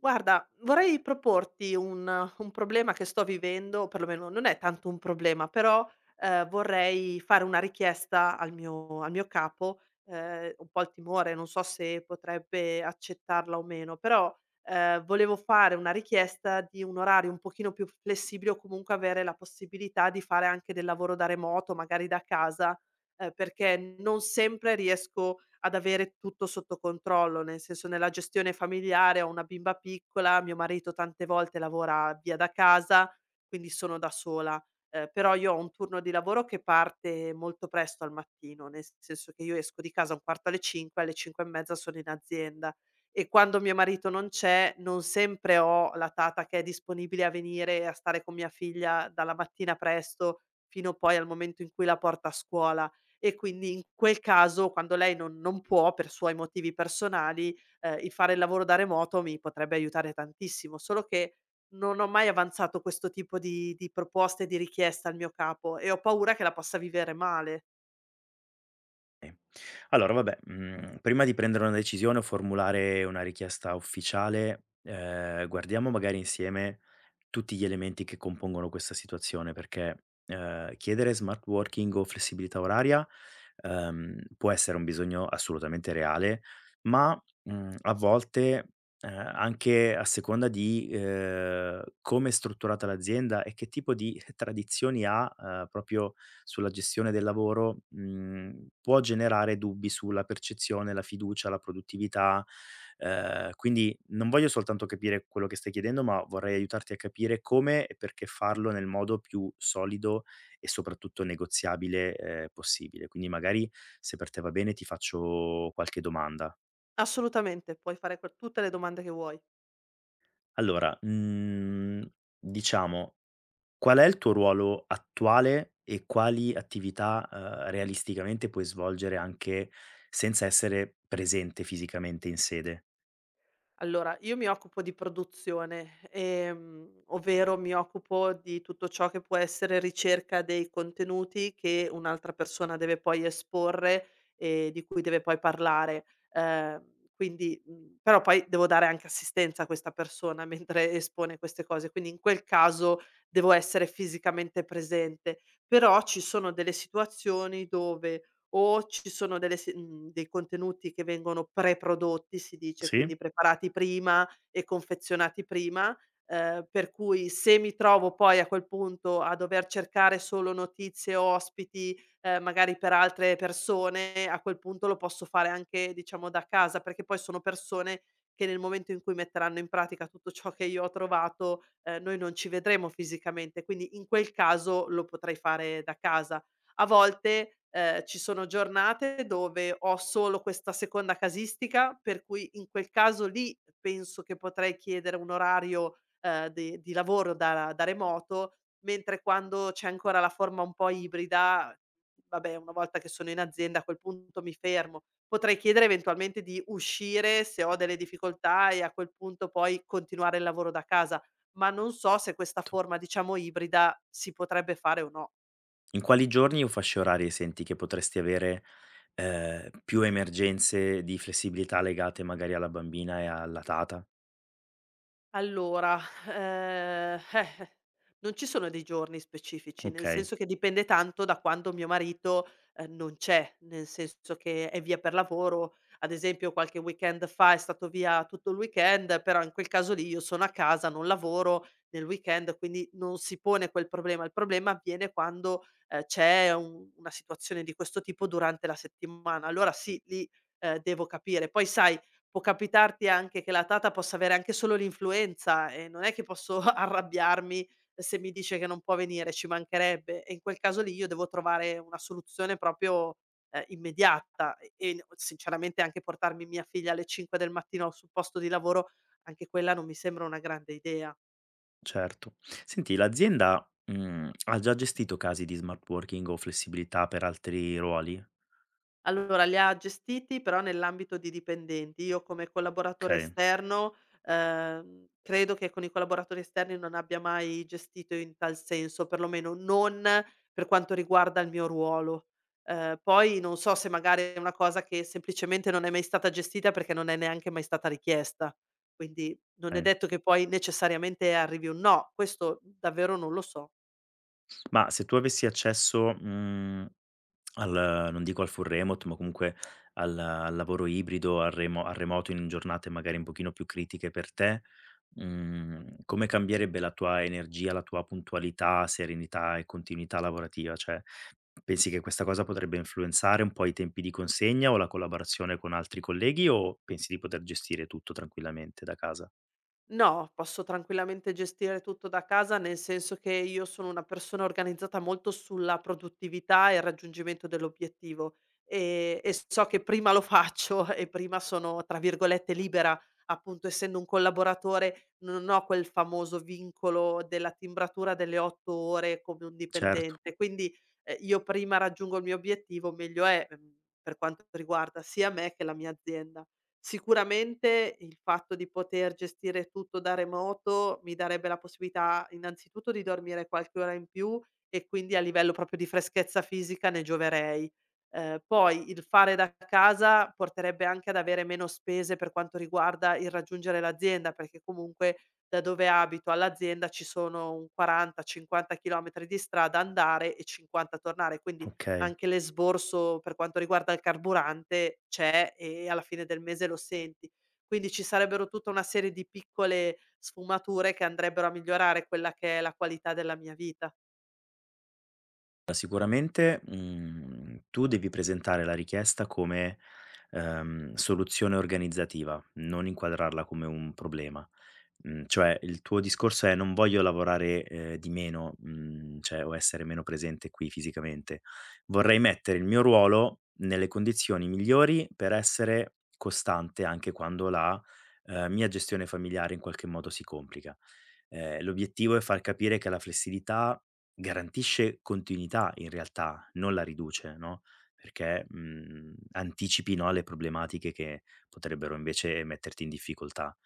Guarda, vorrei proporti un problema che sto vivendo, o perlomeno non è tanto un problema, però, vorrei fare una richiesta al mio capo, un po' il timore, non so se potrebbe accettarla o meno, però, volevo fare una richiesta di un orario un pochino più flessibile o comunque avere la possibilità di fare anche del lavoro da remoto, magari da casa, perché non sempre riesco ad avere tutto sotto controllo, nel senso nella gestione familiare ho una bimba piccola, mio marito tante volte lavora via da casa, quindi sono da sola. Però io ho un turno di lavoro che parte molto presto al mattino, nel senso che io esco di casa un quarto alle 5, alle 5 e mezza sono in azienda e quando mio marito non c'è, non sempre ho la tata che è disponibile a venire a stare con mia figlia dalla mattina presto fino poi al momento in cui la porta a scuola. E quindi in quel caso, quando lei non può per suoi motivi personali, il fare il lavoro da remoto mi potrebbe aiutare tantissimo, solo che non ho mai avanzato questo tipo di proposte, di richieste al mio capo e ho paura che la possa vivere male. Okay. Allora vabbè, prima di prendere una decisione o formulare una richiesta ufficiale, guardiamo magari insieme tutti gli elementi che compongono questa situazione, perché, chiedere smart working o flessibilità oraria, può essere un bisogno assolutamente reale, ma, a volte, anche a seconda di, come è strutturata l'azienda e che tipo di tradizioni ha, proprio sulla gestione del lavoro, può generare dubbi sulla percezione, la fiducia, la produttività. Quindi non voglio soltanto capire quello che stai chiedendo, ma vorrei aiutarti a capire come e perché farlo nel modo più solido e soprattutto negoziabile, possibile. Quindi magari, se per te va bene, ti faccio qualche domanda. Assolutamente, puoi fare que tutte le domande che vuoi. Allora, diciamo, qual è il tuo ruolo attuale e quali attività, realisticamente puoi svolgere anche senza essere presente fisicamente in sede? Allora, io mi occupo di produzione, ovvero mi occupo di tutto ciò che può essere ricerca dei contenuti che un'altra persona deve poi esporre e di cui deve poi parlare. Però poi devo dare anche assistenza a questa persona mentre espone queste cose, quindi in quel caso devo essere fisicamente presente. Però ci sono delle situazioni dove o ci sono delle se mhmm, dei contenuti che vengono preprodotti, si dice, quindi Sì? preparati prima e confezionati prima, per cui se mi trovo poi a quel punto a dover cercare solo notizie o ospiti, magari per altre persone, a quel punto lo posso fare anche, diciamo, da casa, perché poi sono persone che nel momento in cui metteranno in pratica tutto ciò che io ho trovato, noi non ci vedremo fisicamente, quindi in quel caso lo potrei fare da casa. A volte, ci sono giornate dove ho solo questa seconda casistica, per cui in quel caso lì penso che potrei chiedere un orario, de di lavoro da remoto, mentre quando c'è ancora la forma un po' ibrida, vabbè una volta che sono in azienda a quel punto mi fermo. Potrei chiedere eventualmente di uscire se ho delle difficoltà e a quel punto poi continuare il lavoro da casa, ma non so se questa To forma diciamo ibrida si potrebbe fare o no. In quali giorni o fasce orarie senti che potresti avere, più emergenze di flessibilità legate magari alla bambina e alla tata? Allora, ehm, eh, non ci sono dei giorni specifici, nel Okay, senso che dipende tanto da quando mio marito, non c'è, nel senso che è via per lavoro. Ad esempio qualche weekend fa è stato via tutto il weekend, però in quel caso lì io sono a casa, non lavoro nel weekend, quindi non si pone quel problema. Il problema avviene quando, c'è un una situazione di questo tipo durante la settimana. Allora sì, lì, devo capire. Poi sai può capitarti anche che la tata possa avere anche solo l'influenza e non è che posso arrabbiarmi se mi dice che non può venire, ci mancherebbe. E in quel caso lì io devo trovare una soluzione proprio, immediata e sinceramente anche portarmi mia figlia alle 5 del mattino sul posto di lavoro, anche quella non mi sembra una grande idea. certo. Senti, l'azienda, ha già gestito casi di smart working o flessibilità per altri ruoli? Allora, li ha gestiti però nell'ambito di dipendenti. Io come collaboratore Okay, esterno, credo che con i collaboratori esterni non abbia mai gestito in tal senso, perlomeno non per quanto riguarda il mio ruolo. Poi non so se magari è una cosa che semplicemente non è mai stata gestita perché non è neanche mai stata richiesta. Quindi non è okay. detto che poi necessariamente arrivi un no, questo davvero non lo so. Ma se tu avessi accesso, mhmm, al non dico al full remote, ma comunque al lavoro ibrido, al remoto in giornate magari un pochino più critiche per te, come cambierebbe la tua energia, la tua puntualità, serenità e continuità lavorativa? Cioè, pensi che questa cosa potrebbe influenzare un po' i tempi di consegna o la collaborazione con altri colleghi o pensi di poter gestire tutto tranquillamente da casa? No, posso tranquillamente gestire tutto da casa, nel senso che io sono una persona organizzata molto sulla produttività e il raggiungimento dell'obiettivo e so che prima lo faccio e prima sono, tra virgolette, libera, appunto, essendo un collaboratore, non ho quel famoso vincolo della timbratura delle 8 ore come un Certo, dipendente. Quindi io prima raggiungo il mio obiettivo, meglio è per quanto riguarda sia me che la mia azienda. Sicuramente il fatto di poter gestire tutto da remoto mi darebbe la possibilità innanzitutto di dormire qualche ora in più e quindi a livello proprio di freschezza fisica ne gioverei. Poi il fare da casa porterebbe anche ad avere meno spese per quanto riguarda il raggiungere l'azienda, perché comunque da dove abito all'azienda ci sono un 40, 50 chilometri di strada andare e 50 tornare, quindi okay. anche l'esborso per quanto riguarda il carburante c'è e alla fine del mese lo senti. Quindi ci sarebbero tutta una serie di piccole sfumature che andrebbero a migliorare quella che è la qualità della mia vita. Sicuramente, tu devi presentare la richiesta come, soluzione organizzativa, non inquadrarla come un problema. Mhmm, cioè il tuo discorso è: "Non voglio lavorare, di meno, mhmm, cioè o essere meno presente qui fisicamente. Vorrei mettere il mio ruolo nelle condizioni migliori per essere costante anche quando la, mia gestione familiare in qualche modo si complica". L'obiettivo è far capire che la flessibilità garantisce continuità in realtà, non la riduce, no, perché, anticipi, no, le problematiche che potrebbero invece metterti in difficoltà.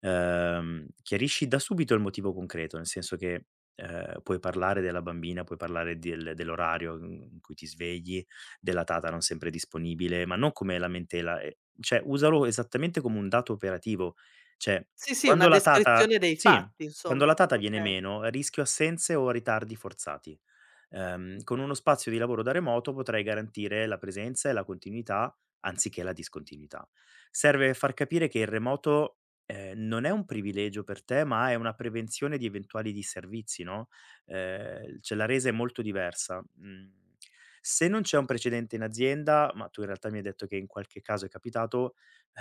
Chiarisci da subito il motivo concreto, nel senso che, puoi parlare della bambina, puoi parlare dell'orario, in cui ti svegli, della tata non sempre disponibile, ma non come lamentela, cioè usalo esattamente come un dato operativo. Cioè, Sì, sì, una quando la tata, descrizione dei sì. fatti Quando insomma, la tata viene okay. meno, rischio assenze o ritardi forzati. Con uno spazio di lavoro da remoto potrei garantire la presenza e la continuità anziché la discontinuità. Serve far capire che il remoto non è un privilegio per te, ma è una prevenzione di eventuali disservizi, no? Cioè la resa è molto diversa. Mm, se non c'è un precedente in azienda, ma tu in realtà mi hai detto che in qualche caso è capitato,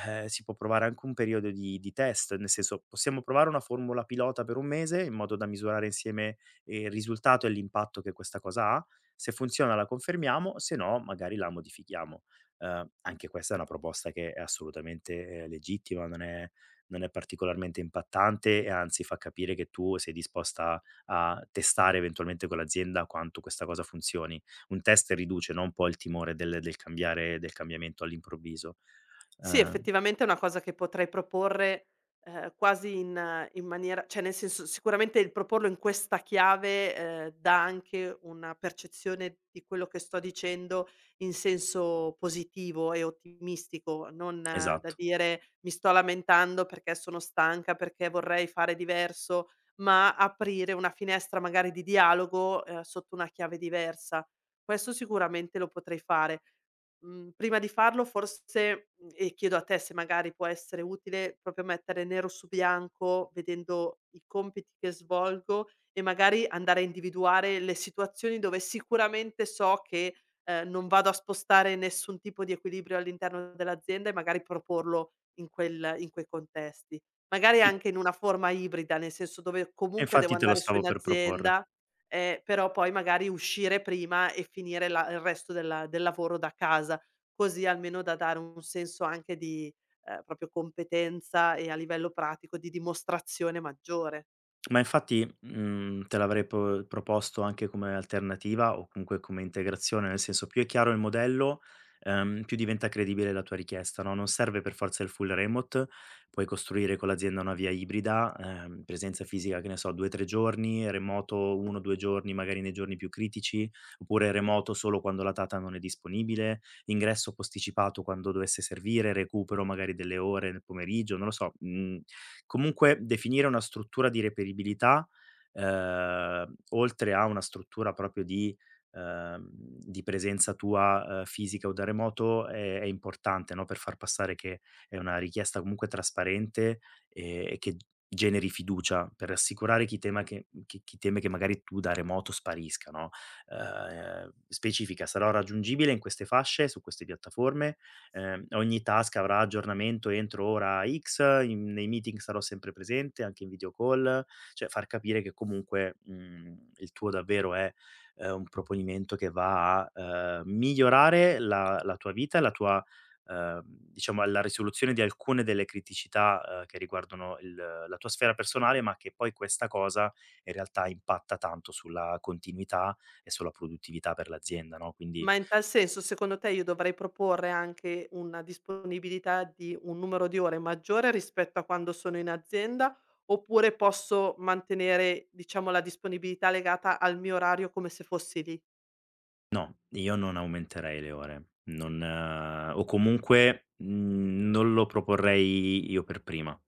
si può provare anche un periodo di test, nel senso possiamo provare una formula pilota per un mese in modo da misurare insieme, il risultato e l'impatto che questa cosa ha. Se funziona la confermiamo, se no magari la modifichiamo. Anche questa è una proposta che è assolutamente, legittima, non è particolarmente impattante e anzi fa capire che tu sei disposta a testare eventualmente con l'azienda quanto questa cosa funzioni. Un test riduce, no, un po' il timore del cambiare del cambiamento all'improvviso. Sì, Uhm, effettivamente è una cosa che potrei proporre, quasi in maniera cioè nel senso, sicuramente il proporlo in questa chiave, dà anche una percezione di quello che sto dicendo in senso positivo e ottimistico, non da esatto. dire: "Mi sto lamentando perché sono stanca, perché vorrei fare diverso", ma aprire una finestra magari di dialogo, sotto una chiave diversa. Questo sicuramente lo potrei fare. Prima di farlo forse mhmm, e chiedo a te se magari può essere utile proprio mettere nero su bianco, vedendo i compiti che svolgo e magari andare a individuare le situazioni dove sicuramente so che, non vado a spostare nessun tipo di equilibrio all'interno dell'azienda e magari proporlo in quei contesti. Magari I anche in una forma ibrida, nel senso dove e comunque devo infatti te lo andare su stavo in per proporre. azienda. Però poi magari uscire prima e finire la il resto del lavoro da casa, così almeno da dare un senso anche di, proprio competenza e a livello pratico di dimostrazione maggiore. Ma infatti, mhmm, te l'avrei po proposto anche come alternativa o comunque come integrazione, nel senso più è chiaro il modello, più diventa credibile la tua richiesta, no, non serve per forza il full remote, puoi costruire con l'azienda una via ibrida, presenza fisica, che ne so, 2, 3 giorni, remoto 1, 2 giorni magari nei giorni più critici, oppure remoto solo quando la Tata non è disponibile, ingresso posticipato quando dovesse servire, recupero magari delle ore nel pomeriggio, non lo so, mhmm. Comunque definire una struttura di reperibilità, oltre a una struttura proprio di presenza tua, fisica o da remoto è importante, no, per far passare che è una richiesta comunque trasparente e che generi fiducia per assicurare chi tema che chi teme che magari tu da remoto sparisca, no. Specifica: "Sarò raggiungibile in queste fasce, su queste piattaforme, ogni task avrà aggiornamento entro ora X, nei meeting sarò sempre presente, anche in video call, cioè far capire che comunque il tuo davvero è un proponimento che va a migliorare la, la tua vita, la tua diciamo alla risoluzione di alcune delle criticità che riguardano la tua sfera personale, ma che poi questa cosa in realtà impatta tanto sulla continuità e sulla produttività per l'azienda, no? Quindi Ma in tal senso secondo te io dovrei proporre anche una disponibilità di un numero di ore maggiore rispetto a quando sono in azienda, oppure posso mantenere diciamo la disponibilità legata al mio orario come se fossi lì? no, io non aumenterei le ore, non o comunque, non lo proporrei io per prima.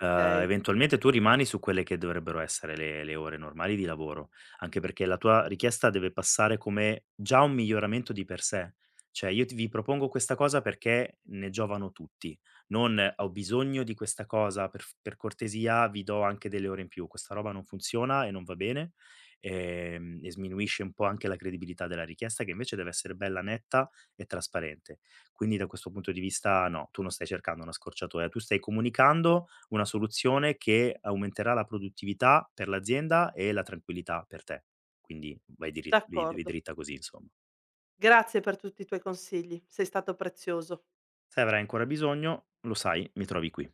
Ehm, eventualmente tu rimani su quelle che dovrebbero essere le ore normali di lavoro, anche perché la tua richiesta deve passare come già un miglioramento di per sé. Cioè io ti vi propongo questa cosa perché ne giovano tutti, non: "Ho bisogno di questa cosa, per f per cortesia vi do anche delle ore in più." Questa roba non funziona e non va bene e sminuisce un po' anche la credibilità della richiesta che invece deve essere bella netta e trasparente. Quindi da questo punto di vista no, tu non stai cercando una scorciatoia, tu stai comunicando una soluzione che aumenterà la produttività per l'azienda e la tranquillità per te. Quindi vai d'accordo. dritta così, insomma. Grazie per tutti i tuoi consigli, sei stato prezioso. Se avrai ancora bisogno, lo sai, mi trovi qui.